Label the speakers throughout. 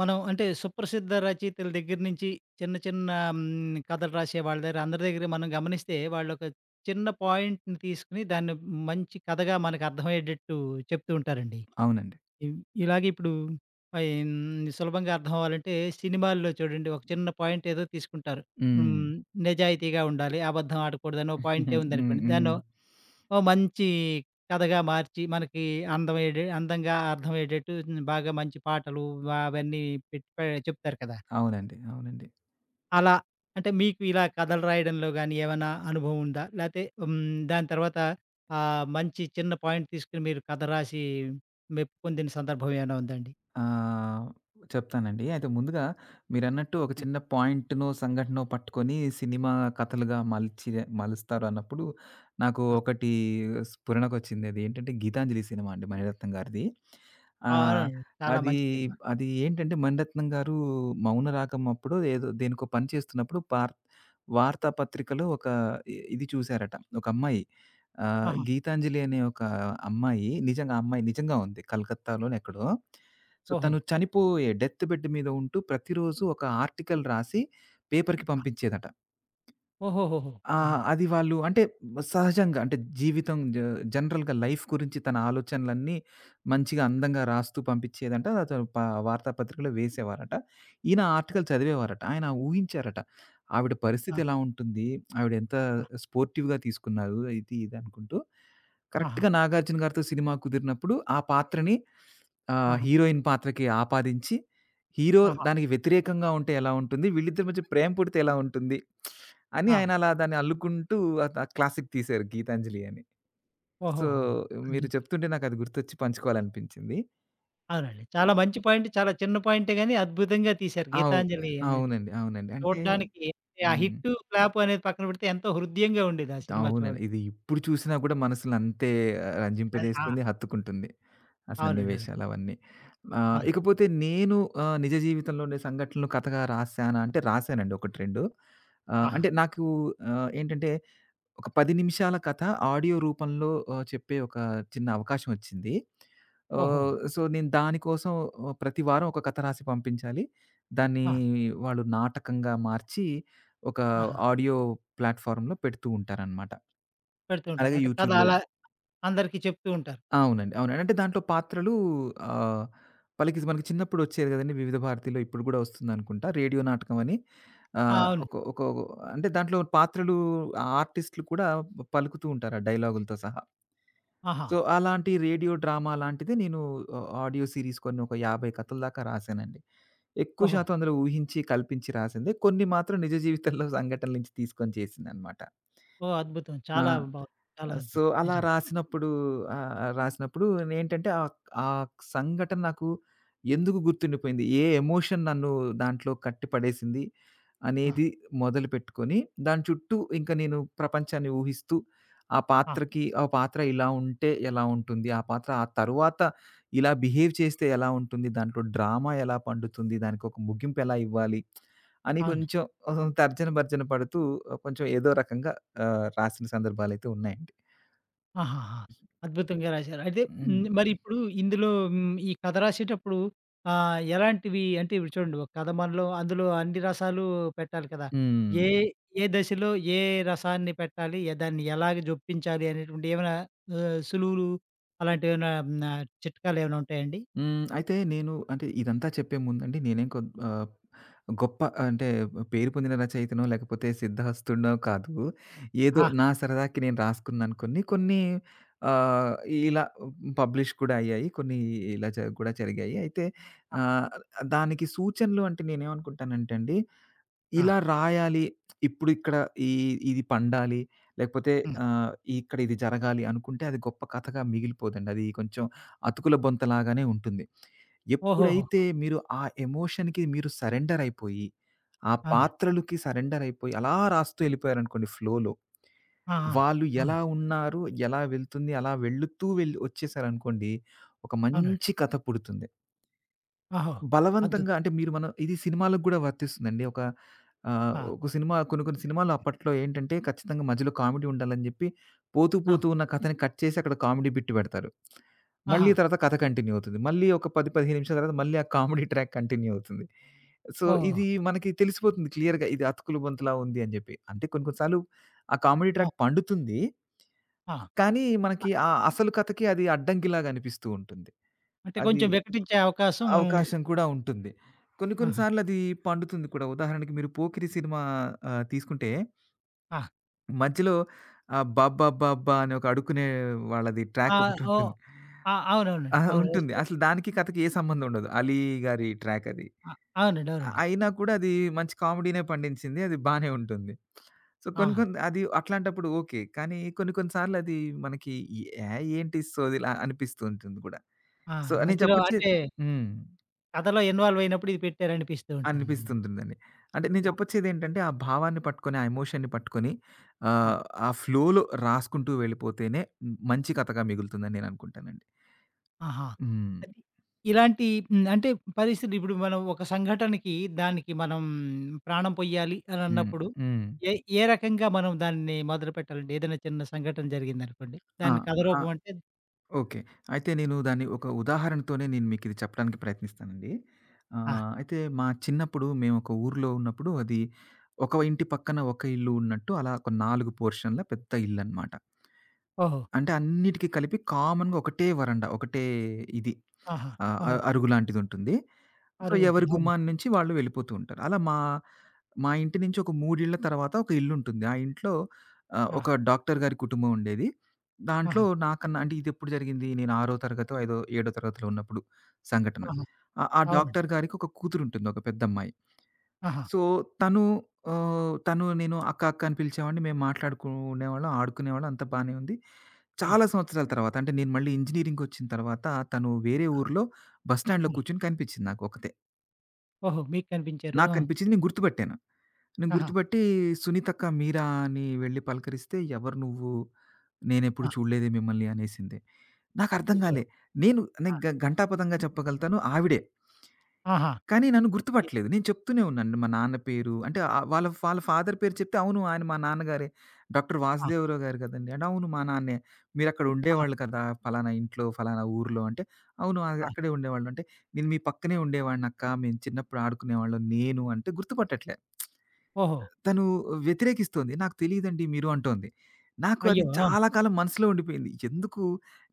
Speaker 1: మనం అంటే సుప్రసిద్ధ రచయితల దగ్గర నుంచి చిన్న చిన్న కథలు రాసే వాళ్ళ దగ్గర అందరి దగ్గర మనం గమనిస్తే వాళ్ళు ఒక చిన్న పాయింట్‌ని తీసుకొని దాన్ని మంచి కథగా మనకు అర్థమయ్యేటట్టు చెప్తూ ఉంటారండి.
Speaker 2: అవునండి.
Speaker 1: ఇవ్ ఇలాగే ఇప్పుడు సులభంగా అర్థం అవ్వాలంటే సినిమాల్లో చూడండి ఒక చిన్న పాయింట్ ఏదో తీసుకుంటారు.
Speaker 2: హ్మ్.
Speaker 1: హ్మ్, నిజాయితీగా ఉండాలి, అబద్ధం ఆడకూడదని ఓ పాయింటే
Speaker 2: హ్మ్. హ్మ్.
Speaker 1: ఉందనుకోండి
Speaker 2: హ్మ్.
Speaker 1: దాన్నో ఓ మంచి కథగా మార్చి మనకి అందంగా అర్థమయ్యేటట్టు బాగా మంచి పాటలు అవన్నీ పెట్టి చెప్తారు కదా!
Speaker 2: అవునండి. అవునండి.
Speaker 1: అలా అంటే మీకు ఇలా కథలు రాయడంలో గాని ఏమైనా అనుభవం ఉందా? లేతే దాని తర్వాత మంచి చిన్న పాయింట్ తీసుకొని మీరు కథ రాసి మెప్పు పొందిన సందర్భం ఏమైనా ఉందాండి?
Speaker 2: ఆహ్, చెప్తానండి. అయితే ముందుగా మీరన్నట్టు ఒక చిన్న పాయింట్‌నో, సంఘటనో పట్టుకొని సినిమా కథలుగా మలుస్తారు అన్నప్పుడు నాకు
Speaker 1: ఆ!
Speaker 2: ఒకటి స్ఫురణకొచ్చింది. అదేంటంటే 'గీతాంజలి' సినిమా అండి మణిరత్నం గారిది.
Speaker 1: ఆ,
Speaker 2: ఆహ్,
Speaker 1: అవునండి. చాలా
Speaker 2: అది
Speaker 1: మంచి సినిమా.
Speaker 2: అది ఏంటంటే మణిరత్నం గారు 'మౌనరాగం' అప్పుడో ఏదో దేనికో పని చేస్తున్నప్పుడు వార్తాపత్రికలో ఒక ఇది చూసారట. ఒక అమ్మాయి,
Speaker 1: ఆహా!
Speaker 2: గీతాంజలి అనే ఒక అమ్మాయి, నిజంగా ఆ అమ్మాయి నిజంగా ఉంది, కలకత్తాలోనే ఎక్కడో. సో,
Speaker 1: ఓహో!
Speaker 2: తను చనిపోయే డెత్ బెడ్ మీద ఉంటూ ప్రతిరోజు ఒక ఆర్టికల్ రాసి పేపర్‌కి
Speaker 1: ఆ!
Speaker 2: పంపించేదట.
Speaker 1: ఓహోహోహో!
Speaker 2: ఆ!
Speaker 1: ఆహా!
Speaker 2: అది వాళ్ళు అంటే సహజంగా అంటే జీవితం జ జనరల్‌గా లైఫ్ గురించి తన ఆలోచనలన్నీ మంచిగా అందంగా రాస్తూ పంపించేదంట. అతను ప వార్తాపత్రికలో వేసేవారట. ఈయన ఆర్టికల్ చదివేవారట. ఆయన ఊహించారట ఆవిడ పరిస్థితి
Speaker 1: ఆ!
Speaker 2: ఎలా ఉంటుంది, ఆవిడ ఎంత
Speaker 1: ఆ!
Speaker 2: స్పోర్టివ్‌గా తీసుకున్నారు. ఇది ఇది అనుకుంటూ
Speaker 1: ఆహా!
Speaker 2: కరెక్ట్‌గా నాగార్జున గారితో సినిమా కుదిరినప్పుడు ఆ పాత్రని
Speaker 1: ఆహా!
Speaker 2: హీరోయిన్ పాత్రకి ఆపాదించి, హీరో
Speaker 1: ఆహా!
Speaker 2: దానికి వ్యతిరేకంగా ఉంటే ఎలా ఉంటుంది? వీళ్ళిద్దరి మధ్య ప్రేమ పుడితే ఎలా ఉంటుంది? అని
Speaker 1: ఆ!
Speaker 2: ఆయన అలా దాన్ని అల్లుకుంటూ ఆహ్, త క్లాసిక్ తీశారు 'గీతాంజలి' అని. సో,
Speaker 1: ఓహోహోహో!
Speaker 2: మీరు
Speaker 1: అద్భుతం.
Speaker 2: చెప్తుంటే నాకది గుర్తొచ్చి పంచుకోవాలనిపించింది.
Speaker 1: అవునండి. చాలా మంచి పాయింట్. చాలా చిన్న పాయింటే గాని అద్భుతంగా తీశారు
Speaker 2: అవు
Speaker 1: 'గీతాంజలి' అనేది.
Speaker 2: అవునండి. అవునండి. అంటే
Speaker 1: చూడ్డానికి ఆ
Speaker 2: హ్మ్.
Speaker 1: హిట్టు, క్లాపు అనేది పక్కన పెడితే ఎంతో హృద్యంగా ఉండేది ఆ సినిమా
Speaker 2: అవునండి.
Speaker 1: చూడడం.
Speaker 2: ఇది ఇప్పుడు చూసినా కూడా మనసుని అంతే ఆ,
Speaker 1: అది ఆ!
Speaker 2: రంజింపజేస్తుంది, హత్తుకుంటుంది ఆ
Speaker 1: అవునండి. అవునండి.
Speaker 2: సన్నివేశాలవన్నీ.
Speaker 1: అవును.
Speaker 2: ఇకపోతే నేను నిజ జీవితంలో ఉండే సంఘటనలు కథగా రాసానా అంటే రాసానండి 1, 2. ఆహ్,
Speaker 1: ఆహా!
Speaker 2: అంటే నాకు ఆహ్, ఏంటంటే ఒక 10 నిమిషాల కథ ఆడియో రూపంలో చెప్పే ఒక చిన్న అవకాశం వచ్చింది.
Speaker 1: ఓహోహో!
Speaker 2: సో, నేను దానికోసం ప్రతి వారం ఒక కథ రాసి పంపించాలి. దాన్ని
Speaker 1: ఆ!
Speaker 2: వాళ్ళు నాటకంగా మార్చి ఒక
Speaker 1: ఆహా!
Speaker 2: ఆడియో ప్లాట్‌ఫార్మ్‌లో పెడుతూ ఉంటారనమాట,
Speaker 1: పెడుతూ ఉంటారు.
Speaker 2: అలాగే
Speaker 1: అంటే కథ
Speaker 2: యూట్యూబ్‌లో.
Speaker 1: అలా అందరికీ చెప్తూ ఉంటారు.
Speaker 2: అవునండి. అవునండి. అంటే దాంట్లో పాత్రలు ఆహ్, పలికి మనకి చిన్నప్పుడు వచ్చేది కదండీ! వివిధ భారతిలో ఇప్పుడు కూడా వస్తుందనుకుంటా, రేడియో నాటకం అని.
Speaker 1: ఆ!
Speaker 2: ఆహ్,
Speaker 1: అవును.
Speaker 2: ఒక ఒక, అంటే దాంట్లో పాత్రలు ఆర్టిస్ట్‌లు కూడా పలుకుతూ ఉంటారు ఆ డైలాగులతో సహా.
Speaker 1: ఆహా!
Speaker 2: సో, అలాంటి రేడియో డ్రామా లాంటిది నేను ఆడియో సీరీస్ కొన్ని ఒక 50 కథల దాకా రాసానండి. ఎక్కువ
Speaker 1: ఓహో!
Speaker 2: శాతం అందులో ఊహించి, కల్పించి రాసిందే. కొన్ని మాత్రం నిజ జీవితంలో సంఘటనల నుంచి తీసుకొని చేసిందనమాట.
Speaker 1: ఓహ్! అద్భుతం.
Speaker 2: ఆ!
Speaker 1: చాలా బావుంది. చాలా
Speaker 2: సో,
Speaker 1: అద్భుతం.
Speaker 2: అలా
Speaker 1: నిజంగా.
Speaker 2: రాసినప్పుడు నేంటంటే, ఆహ్, ఆ సంఘటన నాకు ఎందుకు గుర్తుండిపోయింది? ఏ ఎమోషన్ నన్ను దాంట్లో కట్టి పడేసింది?
Speaker 1: ఆ!
Speaker 2: అనేది మొదలుపెట్టుకొని, దాని చుట్టూ ఇంక నేను ప్రపంచాన్ని ఊహిస్తూ, ఆ
Speaker 1: ఆ!
Speaker 2: పాత్రకి ఆ పాత్ర ఇలా ఉంటే ఎలా ఉంటుంది? ఆ పాత్ర ఆ తరువాత ఇలా బిహేవ్ చేస్తే ఎలా ఉంటుంది? దాంట్లో డ్రామా ఎలా పండుతుంది? దానికొక ముగింపు ఎలా ఇవ్వాలి? అని
Speaker 1: అవును.
Speaker 2: కొంచెం తర్జన భర్జన పడుతూ కొంచెం ఏదో రకంగా రాసిన సందర్భాలైతే ఉన్నాయండి.
Speaker 1: ఆహాహా! అద్భుతంగా రాశారు. అయితే
Speaker 2: హ్మ్.
Speaker 1: మరిప్పుడు ఇందులో ఈ కథ రాసేటప్పుడు ఎలాంటివి అంటే ఇప్పుడు చూడండి ఒక కథ మనలో అందులో అన్ని రసాలు పెట్టాలి కదా!
Speaker 2: హ్మ్.
Speaker 1: ఏ, ఏ దశలో ఏ రసాన్ని పెట్టాలి? ఎ దాన్ని ఎలాగ జొప్పించాలి అనేటువంటి ఏమైనా సులువులు అలాంటివేమైనా చిట్కాలేమైనా ఉంటాయండి?
Speaker 2: హ్మ్. అయితే నేను అంటే ఇదంతా చెప్పే ముందండి గొప్ప అంటే పేరు పొందిన రచయితనో లేకపోతే సిద్ధహస్తుడినో కాదు. ఏదో
Speaker 1: ఆ!
Speaker 2: నా సరదాకి నేను రాసుకున్నాను కొన్ని. కొన్ని ఆహ్, ఇలా పబ్లిష్ కూడా అయ్యాయి. కొన్ని ఇలా జ కూడా జరిగాయి. అయితే ఆహ్, దానికి సూచనలు అంటే నేనేమనుకుంటానంటే అండి,
Speaker 1: ఆ!
Speaker 2: ఇలా రాయాలి, ఇప్పుడిక్కడ ఈ ఇది పండాలి, లేకపోతే
Speaker 1: హ్మ్.
Speaker 2: ఆహ్, ఇక్కడ ఇది జరగాలి అనుకుంటే అది గొప్ప కథగా మిగిలిపోదండి. అది కొంచెం అతుకుల బొంతలాగానే ఉంటుంది.
Speaker 1: ఓహోహో!
Speaker 2: ఎప్పుడైతే ఆ ఎమోషన్‌కి మీరు సరెండర్ అయిపోయి, ఆ
Speaker 1: అవునండి.
Speaker 2: పాత్రలకి సరెండర్ అయిపోయి అలా రాస్తూ ఎళ్ళిపోయారనుకోండి ఫ్లోలో,
Speaker 1: ఆ! ఆ!
Speaker 2: వాళ్ళు ఎలా
Speaker 1: అవును.
Speaker 2: ఉన్నారు, ఎలా వెళ్తుంది, అలా వెళుతూ వచ్చేసారనుకోండి, ఒక
Speaker 1: అవునండి.
Speaker 2: మంచి కథ పుడుతుంది.
Speaker 1: ఓహో! అద్భుతం.
Speaker 2: బలవంతంగా అంటే మనం, ఇది సినిమాలకు గూడా వర్తిస్తుందండి.
Speaker 1: ఆ!
Speaker 2: ఒక సినిమా, కొన్ని కొన్ని సినిమాలు అప్పట్లో ఏంటంటే ఖచ్చితంగా మధ్యలో కామెడీ ఉండాలని జెప్పి పోతూ
Speaker 1: ఆ!
Speaker 2: పోతూ ఉన్న కథని కట్ చేసి అక్కడ కామెడీ బిట్ పెడతారు. మళ్ళీ
Speaker 1: ఆహా!
Speaker 2: తర్వాత కథ కంటిన్యూ అవుతుంది. మళ్ళీ ఒక 10, 15 నిమిషాల తర్వాత మళ్ళీ ఆ కామెడీ ట్రాక్ కంటిన్యూ అవుతుంది. సో,
Speaker 1: ఓహో!
Speaker 2: ఇది మనకి తెలిసిపోతుంది క్లియర్‌గా, ఇది అతుకులు బొంతలా ఉంది అని జెప్పి. అంటే కొన్ని కొన్ని సార్లు ఆ కామెడీ
Speaker 1: ఆ!
Speaker 2: ట్రాక్ పండుతుంది, కానీ
Speaker 1: ఆ!
Speaker 2: మనకి ఆ అసలు కథకి అది అడ్డంకిలాగా అనిపిస్తూ ఉంటుంది.
Speaker 1: అంటే
Speaker 2: అది
Speaker 1: కొంచెం వికటించే అవకాశం
Speaker 2: అవకాశం కూడా ఉంటుంది. కొన్ని కొన్ని
Speaker 1: ఆహా!
Speaker 2: సార్లది పండుతుంది కూడా. ఉదాహరణకి మీరు 'పోకిరి' సినిమా తీసుకుంటే
Speaker 1: ఆ!
Speaker 2: మధ్యలో 'బాబ్బాబ్బాబ్బా' అని ఒక అడుక్కునే వాళ్ళది
Speaker 1: ఆ!
Speaker 2: ట్రాక్
Speaker 1: ఓహ్!
Speaker 2: ఒకటుంటుంది.
Speaker 1: ఆ! అవునవునండి.
Speaker 2: ఆ!
Speaker 1: అవును.
Speaker 2: ఉంటుంది.
Speaker 1: వస్తే
Speaker 2: అసలు దానికి కథకి ఏ సంబంధం ఉండదు. 'అలీ' గారి ట్రాక్ అది.
Speaker 1: ఆ! అవునండి. అవునండి.
Speaker 2: అయినా కూడా అది మంచి కామెడీనే పండించింది. అది బానే ఉంటుంది. సో,
Speaker 1: ఆ!
Speaker 2: కొన్ని కొన్ని అది అట్లాంటప్పుడు ఓకే. కానీ కొన్ని కొన్ని సార్లది మనకి యాహ్! ఏంటి సోదిలా అనిపిస్తూ ఉంటుంది కూడా.
Speaker 1: ఆ!
Speaker 2: సో, నేను
Speaker 1: మధ్యలో
Speaker 2: చెప్పొచ్చేది
Speaker 1: అంటే
Speaker 2: హ్మ్.
Speaker 1: కథలో ఇన్వాల్వ్ అయినప్పుడు ఇది పెట్టారనిపిస్తూ ఉంటుంది.
Speaker 2: అనిపిస్తుంటుందండి. అంటే నేను
Speaker 1: ఆ!
Speaker 2: చెప్పొచ్చేదేంటంటే, ఆ భావాన్ని పట్టుకొని, ఆ ఎమోషన్‌ని పట్టుకొని
Speaker 1: ఆ!
Speaker 2: ఆహ్, ఆ ఫ్లోలో రాసుకుంటూ వెళ్ళిపోతేనే మంచి కథగా మిగులుతుందని నేననుకుంటానండి.
Speaker 1: ఆహా!
Speaker 2: హ్మ్.
Speaker 1: అది ఇలాంటి అంటే పరిస్థితి ఇప్పుడు మనం ఒక సంఘటనకి దానికి మనం ప్రాణం పొయ్యాలి అని
Speaker 2: హ్మ్.
Speaker 1: అన్నప్పుడు
Speaker 2: హ్మ్.
Speaker 1: ఏ ఏ రకంగా మనం దాన్ని మొదలుపెట్టాలండి? ఏదైనా చిన్న సంఘటన జరిగిందనుకోండి.
Speaker 2: ఆ!
Speaker 1: దాన్ని కథ
Speaker 2: ఆ!
Speaker 1: రూపం అంటే
Speaker 2: ఓకే. అయితే దాన్ని ఒక ఉదాహరణతోనే నేను మీకిది చెప్పడానికి ప్రయత్నిస్తానండి.
Speaker 1: ఆ!
Speaker 2: అయితే మా చిన్నప్పుడు మేమొక ఊర్లో ఉన్నప్పుడు, అది ఒక ఇంటి పక్కన ఒక ఇల్లు ఉన్నట్టు అలా ఒక 4 పోర్షన్‌ల పెద్ద ఇల్లనమాట.
Speaker 1: ఓహో!
Speaker 2: అంటే అన్నిటికి కలిపి కామన్‌గా ఒకటే వరండా, ఒకటే ఇది
Speaker 1: ఆహా!
Speaker 2: ఆహ్, అ
Speaker 1: ఆహా!
Speaker 2: అరుగు లాంటిదుంటుంది. సో,
Speaker 1: అరుగు
Speaker 2: ఎవరి
Speaker 1: ఉంటుంది. అవును.
Speaker 2: గుమ్మాన నుంచి వాళ్ళు వెళ్ళిపోతూ ఉంటారు. అలా మా మా ఇంటి నుంచి ఒక 3 ఇళ్ల తర్వాత ఒక ఇల్లుంటుంది. ఆ ఇంట్లో
Speaker 1: ఆ!
Speaker 2: ఒక డాక్టర్ గారి కుటుంబం ఉండేది. దాంట్లో
Speaker 1: ఆహా!
Speaker 2: నాకన్నా, అంటే ఇదెప్పుడు జరిగింది, నేను 6 తరగతో, ఐదో, ఏడో తరగతిలో ఉన్నప్పుడు సంఘటన.
Speaker 1: ఆహా!
Speaker 2: ఆ ఆ
Speaker 1: అవునండి.
Speaker 2: డాక్టర్ గారికి ఒక కూతురుంటుంది, ఒక పెద్దమ్మాయి.
Speaker 1: ఆహా!
Speaker 2: సో, తను తను, నేను అక్క, అక్క అని పిలిచేవాడిని. మేము మాట్లాడుకునేవాళ్ళం, ఆడుకునేవాళ్ళం, అంతా బానే ఉంది.
Speaker 1: ఆ!
Speaker 2: చాలా సంవత్సరాల తర్వాత అంటే నేను మళ్ళీ ఇంజినీరింగ్‌కొచ్చిన తర్వాత తను వేరే ఊర్లో బస్ స్టాండ్‌లో
Speaker 1: ఆ!
Speaker 2: కూర్చొని కనిపించింది నాకు, ఒక్కతే.
Speaker 1: ఓహో! మీకు కనిపించారు.
Speaker 2: నాకు
Speaker 1: ఆ!
Speaker 2: కనిపించింది, నేను గుర్తుపట్టాను.
Speaker 1: ఆహా!
Speaker 2: గుర్తుపట్టి, సునీతక్క మీరా అని వెళ్లి పలకరిస్తే, ఎవరు నువ్వు? నేనెప్పుడు
Speaker 1: ఆ!
Speaker 2: చూడలేదే మిమ్మల్ని అనేసింది. నాకు అర్థం
Speaker 1: అయ్యో!
Speaker 2: కాలే. నేను నేను
Speaker 1: ఆ!
Speaker 2: గ ఘంటాపథంగా చెప్పగలుగుతాను ఆవిడే,
Speaker 1: ఆహా!
Speaker 2: కానీ నన్ను
Speaker 1: మీరు
Speaker 2: గుర్తుపట్టలేదు. నేను చెప్తూనే ఉన్నాను. మా నాన్న పేరు అంటే, ఆహ్, వాళ్ళ వాళ్ళ ఫాదర్ పేరు చెప్తే, "అవును, ఆయన మా నాన్నగారే. డాక్టర్
Speaker 1: ఆ!
Speaker 2: వాసుదేవరావు గారు కదండీ!" అంటే, "అవును, మా నాన్నే." "మీరక్కడ
Speaker 1: ఆహా!
Speaker 2: ఉండేవాళ్ళు కదా! ఫలానా ఇంట్లో, ఫలానా ఊర్లో" అంటే, "అవును,
Speaker 1: ఆ!
Speaker 2: అక్కడే ఉండేవాళ్ళు." అంటే, "నేను మీ పక్కనే ఉండేవాడినక్కా. మేము చిన్నప్పుడు ఆడుకునేవాళ్ళం నేను" అంటే గుర్తుపట్టట్లే.
Speaker 1: ఓహో!
Speaker 2: తను వ్యతిరేకిస్తోంది, నాకు తెలీదండి మీరు అంటోంది. నాకు అది
Speaker 1: అయ్యో! ఆ!
Speaker 2: చాలా కాలం మనసులో ఉండిపోయింది. ఎందుకు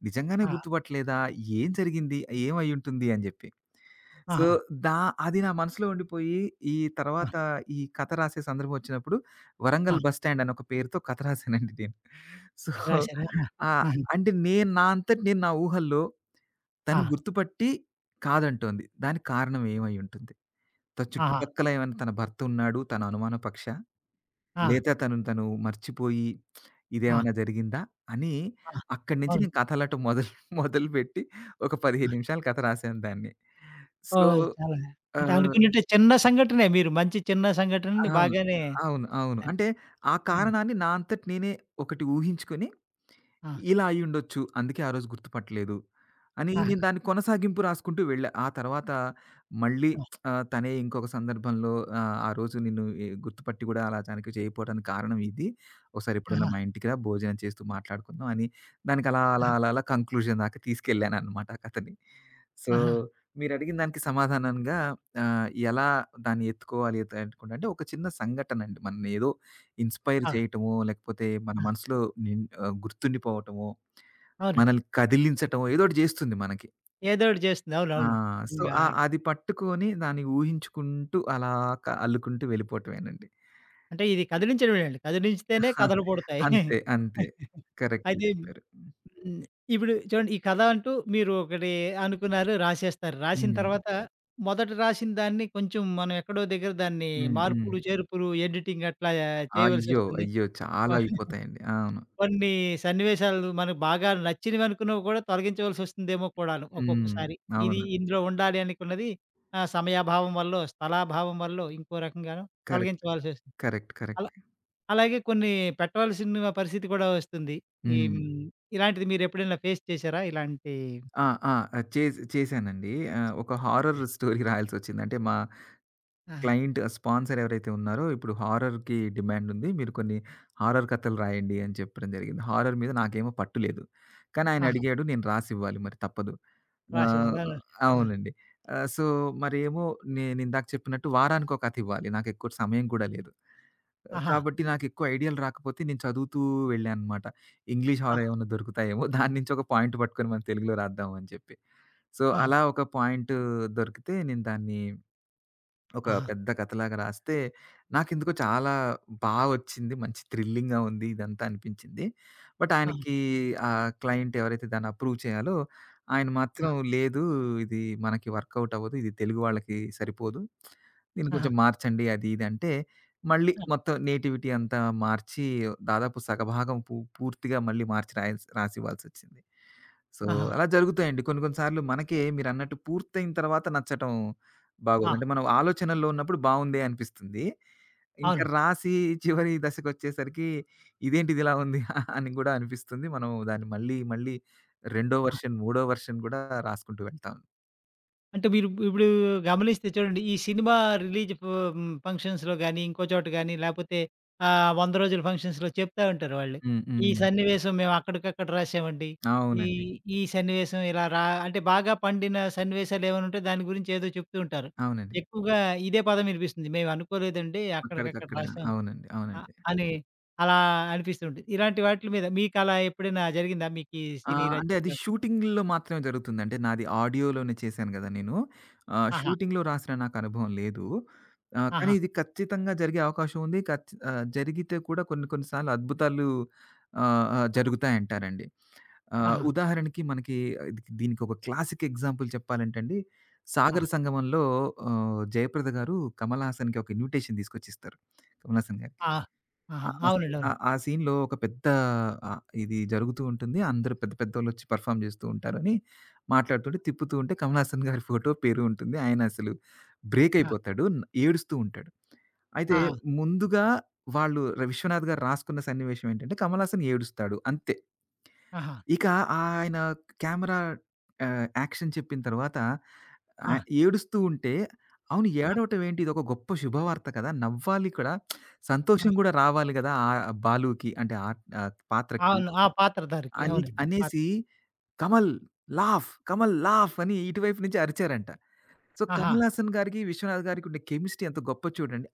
Speaker 2: నిజంగానే
Speaker 1: ఆ!
Speaker 2: గుర్తుపట్టలేదా? ఏం జరిగింది? ఏమైయుంటుంది అని జెప్పి. సో,
Speaker 1: ఆహా!
Speaker 2: దా అది నా మనసులో ఉండిపోయి, ఈ
Speaker 1: ఆ!
Speaker 2: తర్వాత ఈ కథ రాసే సందర్భం వచ్చినప్పుడు
Speaker 1: ఆ!
Speaker 2: 'వరంగల్ బస్ స్టాండ్' అని ఒక పేరుతో కథ రాసానండి నేను. సో,
Speaker 1: మీరు రాసారా?
Speaker 2: ఆహ్,
Speaker 1: ఆ!
Speaker 2: అంటే నేను నా అంతట నేను నా ఊహల్లో, తను
Speaker 1: ఆహా!
Speaker 2: గుర్తుపట్టి కాదంటోంది, దానికి కారణం ఏమైయుంటుంది? తన
Speaker 1: ఆ! ఆహా!
Speaker 2: చుట్టుపక్కల ఏమైనా, తన భర్త ఉన్నాడు, తన అనుమాన పక్షా?
Speaker 1: ఆ!
Speaker 2: లేదా తనను తను మర్చిపోయి
Speaker 1: ఆ!
Speaker 2: ఇదేమన్నా జరిగిందా? అని
Speaker 1: ఆ!
Speaker 2: అక్కడి నుంచి
Speaker 1: అవును.
Speaker 2: నేను కథలటం మొదలు మొదలుపెట్టి ఒక 15
Speaker 1: ఆ!
Speaker 2: నిమిషాల కథ రాసాను దాన్ని. సో
Speaker 1: ఓహ్! చాలా అంటే
Speaker 2: ఆహ్
Speaker 1: అనుకున్నట్టే చిన్న సంఘటనే మీరు మంచి చిన్న
Speaker 2: ఆ!
Speaker 1: సంఘటనని బాగానే
Speaker 2: అవును. అవును.
Speaker 1: ఆ!
Speaker 2: అంటే ఆ
Speaker 1: ఆ!
Speaker 2: కారణాన్ని నా అంతట నేనే ఒకటి ఊహించుకొని,
Speaker 1: ఆ!
Speaker 2: ఇలా అయ్యుండొచ్చు, అందుకే ఆ రోజు గుర్తుపట్టలేదు అని నేను
Speaker 1: ఆహా!
Speaker 2: దాన్ని కొనసాగింపు రాసుకుంటూ వెళ్ళా. ఆ తర్వాత మళ్ళీ
Speaker 1: ఆ!
Speaker 2: తనే ఇంకొక సందర్భంలో ఆ రోజు నిన్ను గుర్తుపట్టి కూడా అలా తనకి చేయకపోవడానికి కారణం ఇది, ఒకసారి ఎప్పుడన్నా
Speaker 1: ఆహా!
Speaker 2: మా ఇంటికి రా, భోజనం చేస్తూ మాట్లాడుకుందాం అని, దానికి అలా అలా అలా అలా కంక్లూజన్ దాకా తీసుకెళ్ళాననమాట ఆ కథని. సో,
Speaker 1: ఆహా!
Speaker 2: మీరడిగిన దానికి సమాధానంగా ఎలా దాన్ని ఎత్తుకోవాలి ఎత్ ఎత్తుకుంటే అంటే, ఒక చిన్న సంఘటనండి మననేదో ఇన్‌స్పైర్
Speaker 1: ఆ!
Speaker 2: చేయటమో, లేకపోతే మన
Speaker 1: ఆ!
Speaker 2: మనసులో గుర్తుండిపోవటమో,
Speaker 1: అవునండి.
Speaker 2: మనల్ని కదిలించటమో ఏదోకటి జేస్తుంది మనకి.
Speaker 1: ఏదో ఒకటి చేస్తుంది.
Speaker 2: ఆ!
Speaker 1: అవునవును.
Speaker 2: సో,
Speaker 1: ఇంగా
Speaker 2: అది పట్టుకొని దాన్ని ఊహించుకుంటూ అలా అల్లుకుంటూ వెళ్ళిపోవటమేనండి.
Speaker 1: అంటే ఇది కదిలించడమేనండి. కదిలించితేనే
Speaker 2: ఆ,
Speaker 1: కథలు పుడతాయి.
Speaker 2: అంతే. అంతే. కరెక్ట్‌గా
Speaker 1: అయితే
Speaker 2: చెప్పారు.
Speaker 1: హ్మ్. ఇప్పుడు చూడండి ఈ కథ అంటూ మీరు ఒకటి అనుకున్నారు, రాసేస్తారు. రాసిన
Speaker 2: హ్మ్.
Speaker 1: తర్వాత మొదట రాసిన దాన్ని కొంచెం మనం ఎక్కడో దగ్గర దాన్ని
Speaker 2: హ్మ్. హ్మ్.
Speaker 1: మార్పులు, చేర్పులు, ఎడిటింగ్ అట్లా
Speaker 2: అయ్యో!
Speaker 1: చేయవలసొస్తుంది.
Speaker 2: అయ్యో!
Speaker 1: కొ
Speaker 2: చాలా అయిపోతాయండి. అవును.
Speaker 1: కొన్ని సన్నివేశాలు మనకు బాగా నచ్చినవి అనుకున్నవి కూడా తొలగించవలసొస్తుందేమో కూడాను
Speaker 2: హ్మ్.
Speaker 1: ఒక్కొక్కసారి. ఇది
Speaker 2: అవును.
Speaker 1: ఇందులో ఉండాలి అనుకున్నది సమయాభావం వల్లో, స్థలాభావం వల్లో ఇంకో రకంగాను
Speaker 2: కరెక్ట్.
Speaker 1: తొలగించవలసొస్తుంది.
Speaker 2: కరెక్ట్. కరెక్ట్.
Speaker 1: అలా అలాగే కొన్ని పెట్టవలసిన పరిస్థితి కూడా వస్తుంది. ఈ
Speaker 2: హ్మ్.
Speaker 1: ఇలాంటిది మీరెప్పుడైనా ఫేస్ చేశారా? ఇలాంటి
Speaker 2: ఆ! ఆ! చేశానండి. ఒక హారర్ స్టోరీ రాయాల్సొచ్చింది. అంటే మా
Speaker 1: ఆహా!
Speaker 2: క్లయింట్ స్పాన్సర్ ఎవరైతే ఉన్నారో, ఇప్పుడు హారర్‌కి డిమాండ్ ఉంది, మీరు కొన్ని హారర్ కథలు రాయండి అని చెప్పడం జరిగింది. హారర్ మీద నాకేమో పట్టు లేదు, కానీ ఆయన
Speaker 1: ఆహా!
Speaker 2: అడిగాడు, నేను రాసివ్వాలి మరి, తప్పదు. ఆహ్,
Speaker 1: రాసేవాళ్ళా? ఆ!
Speaker 2: అవునండి. సో, మరేమో నేనిందాక చెప్పినట్టు వారానికొక కథ ఇవ్వాలి, నాకెక్కువ సమయం కూడా లేదు.
Speaker 1: ఆహా!
Speaker 2: కాబట్టి నాకెక్కువ ఐడియాలు రాకపోతే నేను చదువుతూ వెళ్ళాననమాట. ఇంగ్లీష్ హారర్
Speaker 1: ఆ!
Speaker 2: ఏమన్నా దొరుకుతాయేమో దాని నుంచి ఒక పాయింట్ పట్టుకొని మనం తెలుగులో రాద్దాం అని చెప్పి. సో,
Speaker 1: ఆహా!
Speaker 2: అలా ఒక పాయింట్ దొరికితే నేను దాన్ని ఒక
Speaker 1: ఆహా!
Speaker 2: పెద్ద కథలాగా రాస్తే, నాకెందుకో చాలా వచ్చింది. మంచి థ్రిల్లింగ్‌గా ఉంది ఇదంతా అనిపించింది. బట్
Speaker 1: ఆహా!
Speaker 2: ఆయనకి, క్లయింట్ ఎవరైతే దాన్ని అప్రూవ్ చేయాలో, ఆయన మాత్రం లేదు, ఇది మనకి వర్కౌట్ అవ్వదు, ఇది తెలుగు వాళ్ళకి సరిపోదు, దీన్ని
Speaker 1: ఆహా!
Speaker 2: కొంచెం మార్చండి అది ఇది అంటే, మళ్ళీ
Speaker 1: ఆ!
Speaker 2: మొత్తం నేటివిటీ అంతా మార్చి దాదాపు సగభాగం పూర్తిగా మళ్ళీ మార్చి రాసివ్వాల్సొచ్చింది. సో,
Speaker 1: ఆహా!
Speaker 2: అలా జరుగుతాయండి. కొన్ని కొన్ని సార్లు మనకే మీరన్నట్టు పూర్తయిన తర్వాత నచ్చటం బాగోదు.
Speaker 1: ఆ!
Speaker 2: అంటే మనం ఆలోచనల్లో ఉన్నప్పుడు బావుందే అనిపిస్తుంది, ఇంకా
Speaker 1: అవునండి.
Speaker 2: రాసి చివరి దశకొచ్చేసరికి ఇదేంటిది ఇలా ఉంది అని గూడా అనిపిస్తుంది. మనం దాన్ని మళ్ళీ మళ్ళీ రెండో
Speaker 1: ఆ!
Speaker 2: వెర్షన్, మూడో వెర్షన్ గూడా రాసుకుంటూ వెళ్తాం.
Speaker 1: అంటే మీరు ఇప్పుడు గమనిస్తే చూడండి, ఈ సినిమా రిలీజ్ ఫంక్షన్స్‌లో గాని, ఇంకో చోట గాని లేపోతే 100 రోజుల ఫంక్షన్స్‌లో చెప్తా ఉంటారు వాళ్ళు.
Speaker 2: హ్మ్.
Speaker 1: ఈ
Speaker 2: హ్మ్.
Speaker 1: సన్నివేశం మేము అక్కడికక్కడ రాసామండి. ఈ
Speaker 2: అవునండి.
Speaker 1: ఈ సన్నివేశం ఇలా రా అంటే బాగా పండిన సన్నివేశాలు ఏమైనా ఉంటే దాని గురించి ఏదో చెప్తూ ఉంటారు.
Speaker 2: అవునండి.
Speaker 1: ఎక్కువగా ఇదే పదం వినిపిస్తుంది. మేము అనుకోలేదండి అక్కడికక్కడ
Speaker 2: అక్కడికక్కడ
Speaker 1: రాసాం.
Speaker 2: అవునండి.
Speaker 1: ఆ!
Speaker 2: అవునండి.
Speaker 1: అని అలా అనిపిస్తూ ఉంటుంది. ఇలాంటి వాటిల మీద మీకలా ఎప్పుడైనా జరిగిందా? మీకీ
Speaker 2: ఆ!
Speaker 1: సినీ
Speaker 2: అంటే అది
Speaker 1: రచయితలు
Speaker 2: షూటింగ్‌లో మాత్రమే జరుగుతుంది. అంటే నాది ఆడియోలోనే చేశాను గదా నేను!
Speaker 1: ఆహా!
Speaker 2: షూటింగ్‌లో రాసిన నాకు అనుభవం లేదు. కానీ
Speaker 1: ఆహా!
Speaker 2: ఇది ఖచ్చితంగా జరిగే అవకాశం ఉంది. జరిగితే కూడా కొన్ని కొన్ని సార్లు అద్భుతాలు ఆహ్, ఆహ్,
Speaker 1: ఆహా!
Speaker 2: జరుగుతాయంటారండి.
Speaker 1: ఆహా!
Speaker 2: ఉదాహరణకి మనకి దీనికి ఒక క్లాసిక్ ఎగ్జాంపుల్ చెప్పాలంటే అండి, 'సాగర సంగమంలో' జయప్రద గారు కమల్ హాసన్‌కి ఒక ఇన్విటేషన్ తీసుకొచ్చిస్తారు, కమల్ హాసన్ గారికి.
Speaker 1: ఆ!
Speaker 2: ఆ!
Speaker 1: ఆహా!
Speaker 2: ఆ సీ
Speaker 1: అవునండి.
Speaker 2: ఆ!
Speaker 1: అవునండి.
Speaker 2: ఆ సీన్‌లో ఒక పెద్ద ఇది జరుగుతూ ఉంటుంది. అందరూ పెద్ద పెద్దోళ్ళొచ్చి పెర్ఫార్మ్ జేస్తూ ఉంటారని మాట్లాడుతుంటే, తిప్పుతూ ఉంటే కమల్ హాసన్ గారి ఫోటో పేరు ఉంటుంది. ఆయన అసలు బ్రేక్
Speaker 1: ఆ!
Speaker 2: అయిపోతాడు. ఏడుస్తూ ఉంటాడు. అయితే
Speaker 1: ఆ!
Speaker 2: ముందుగా వాళ్ళు, విశ్వనాథ్ గారు రాసుకున్న సన్నివేశం ఏంటంటే, కమల్ హాసన్ ఏడుస్తాడు అంతే.
Speaker 1: ఆహా!
Speaker 2: ఇక ఆయన కెమెరా యాక్షన్ చెప్పిన తర్వాత
Speaker 1: ఆ!
Speaker 2: ఏడుస్తూ ఉంటే, అవును
Speaker 1: ఆ!
Speaker 2: ఏడవటం ఏంటి? ఇదొక గొప్ప శుభవార్త కదా! నవ్వాలి కూడా,
Speaker 1: ఆ!
Speaker 2: సంతోషం కూడా రావాలి కదా! బాలుకి అంటే ఆహ్, ఆహ్, పాత్రకి
Speaker 1: అవును. ఆ పాత్రధారికి.
Speaker 2: అని
Speaker 1: అవునండి.
Speaker 2: అనేసి, "కమల్! లాఫ్! కమల్! లాఫ్!" అని ఇటువైపు నుంచి అరిచారంట. సో,
Speaker 1: ఆహా!
Speaker 2: 'కమల్ హాసన్' గారికి, 'విశ్వనాథ్' గారికి ఉండే కెమిస్ట్రీ ఎంత గొప్పో చూడండి.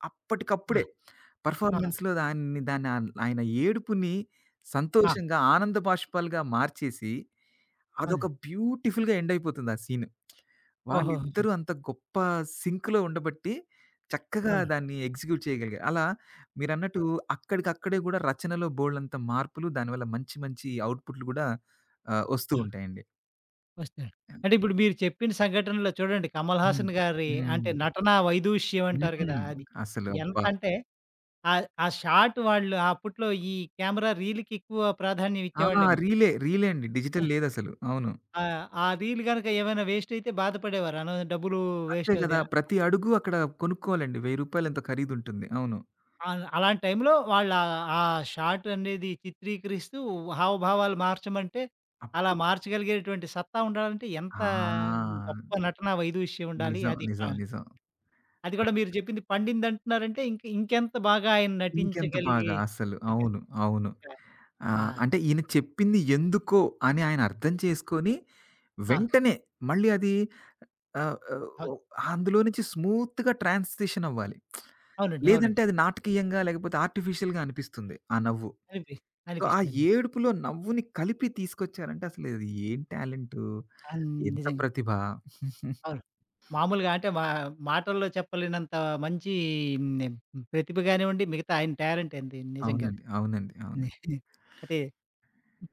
Speaker 1: ఆ!
Speaker 2: అప్పటికప్పుడే
Speaker 1: ఆ!
Speaker 2: పెర్ఫార్మెన్స్‌లో దాన్ని దాన్ని ఆన్ ఆయన ఏడుపుని
Speaker 1: ఆ!
Speaker 2: సంతోషంగా, ఆనంద బాష్పాలుగా మార్చేసి, అదొక
Speaker 1: అవును.
Speaker 2: బ్యూటిఫుల్‌గా ఎండ్ అయిపోతుంది ఆ సీను.
Speaker 1: ఓహోహో!
Speaker 2: వాళ్ళిద్దరూ అంత గొప్ప సింక్‌లో ఉండబట్టి, చక్కగా
Speaker 1: అవును.
Speaker 2: దాన్ని ఎగ్జిక్యూట్ చేయగలిగారు. అలా మీరన్నట్టు అక్కడికక్కడే గూడా రచనలో బోలెడంత మార్పులు, దానివల్ల మంచి మంచి అవుట్‌పుట్‌లు గూడా వస్తూ
Speaker 1: ఆ!
Speaker 2: ఉంటాయండి.
Speaker 1: వస్తాడు. అంటే ఇప్పుడు మీరు చెప్పిన సంఘటనలో చూడండి 'కమల్
Speaker 2: హ్మ్.
Speaker 1: హాసన్' గారి అంటే
Speaker 2: హ్మ్.
Speaker 1: నటనా వైదూష్యం అంటారు గదా!
Speaker 2: హ్మ్.
Speaker 1: అది
Speaker 2: అసలు అబ్బా!
Speaker 1: ఎంతంటే ఆ! ఆ షాట్ వాళ్ళు ఆ అప్పట్లో ఈ కెమెరా రీల్‌కి ఎక్కువ ప్రాధాన్యం
Speaker 2: ఆ!
Speaker 1: ఇచ్చేవాళ్ళేమో.
Speaker 2: రీలే. రీలే అండి. డిజిటల్ లేదసలు. అవును.
Speaker 1: ఆ రీల్ గనక ఏమైనా వేస్ట్ అయితే బాధపడేవారు. అనవస డబ్బులు
Speaker 2: అంతే
Speaker 1: వేస్ట్
Speaker 2: గదా!
Speaker 1: అవుతాయి.
Speaker 2: ప్రతి అడుగు అక్కడ కొనుక్కోవాలండి. రూ. 1000 ఎంతో ఖరీదుంటుంది. అవును.
Speaker 1: అలాంటి టైంలో వాళ్ళు ఆ షాట్ అనేది చిత్రీకరిస్తూ హావభావాలు మార్చమంటే, అలా
Speaker 2: అప్పు
Speaker 1: మార్చగలిగేటువంటి సత్తా ఉండాలంటే ఎంత
Speaker 2: ఆ!
Speaker 1: గొప్ప నటనా వైదూష్యం ఉండాలి.
Speaker 2: నిజం. నిజం. నిజం.
Speaker 1: అది కూడా మీరు చెప్పింది పండిందంటున్నారంటే ఇంక ఇంకెంత బాగా ఆయన
Speaker 2: ఇంకెంత బాగా
Speaker 1: నటించగలిగి
Speaker 2: అసలు. అవును. అవును. ఆ!
Speaker 1: ఆ!
Speaker 2: అంటే ఈయన చెప్పింది ఎందుకో అని ఆయన అర్థం చేసుకొని,
Speaker 1: ఆ!
Speaker 2: వెంటనే మళ్ళీ అది ఆహ్, ఆహ్,
Speaker 1: అవును.
Speaker 2: అందులో నుంచి స్మూత్‌గా ట్రాన్సిషన్ అవ్వాలి.
Speaker 1: అవునండి.
Speaker 2: లేదంటే
Speaker 1: అవునండి.
Speaker 2: అది నాటకీయంగా, లేకపోతే ఆర్టిఫిషియల్‌గా అనిపిస్తుంది ఆ నవ్వు.
Speaker 1: అనిపి
Speaker 2: సో, ఆ
Speaker 1: అనిపిస్తుందండి.
Speaker 2: ఏడుపులో నవ్వుని కలిపి తీసుకొచ్చారంటే అసలు అది ఏం టాలెంటు?
Speaker 1: అన్
Speaker 2: ఎంత
Speaker 1: నిజంగా.
Speaker 2: ప్రతిభ?
Speaker 1: అవును. మామూలుగా అంటే మా మాటల్లో చెప్పలేనంత మంచి హ్మ్. ప్రతిభ గానివ్వండి, మిగతా ఆయన టాలెంట్ ఏంది నిజంగానే.
Speaker 2: అవునండి. అవునండి. అవును.
Speaker 1: ఇది అయితే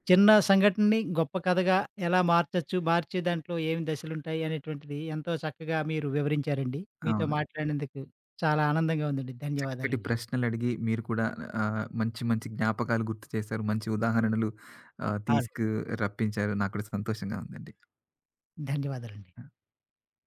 Speaker 1: చిన్న సంఘటనని గొప్ప కథగా ఎలా మార్చొచ్చు, మార్చే దాంట్లో ఏమి దశలుంటాయి అనేటువంటిది ఎంతో చక్కగా మీరు వివరించారండి. మీతో
Speaker 2: అవును.
Speaker 1: మాట్లాడినందుకు చాలా ఆనందంగా ఉందండి.
Speaker 2: చక్కటి
Speaker 1: ధన్యవాదాలండి.
Speaker 2: ప్రశ్నలడిగి మీరు కూడా మంచి మంచి జ్ఞాపకాలు గుర్తు చేశారు. మంచి ఉదాహరణలు
Speaker 1: అవును.
Speaker 2: తీసుకు రప్పించారు. నాకు కూడా సంతోషంగా ఉందండి.
Speaker 1: ధన్యవాదాలండి.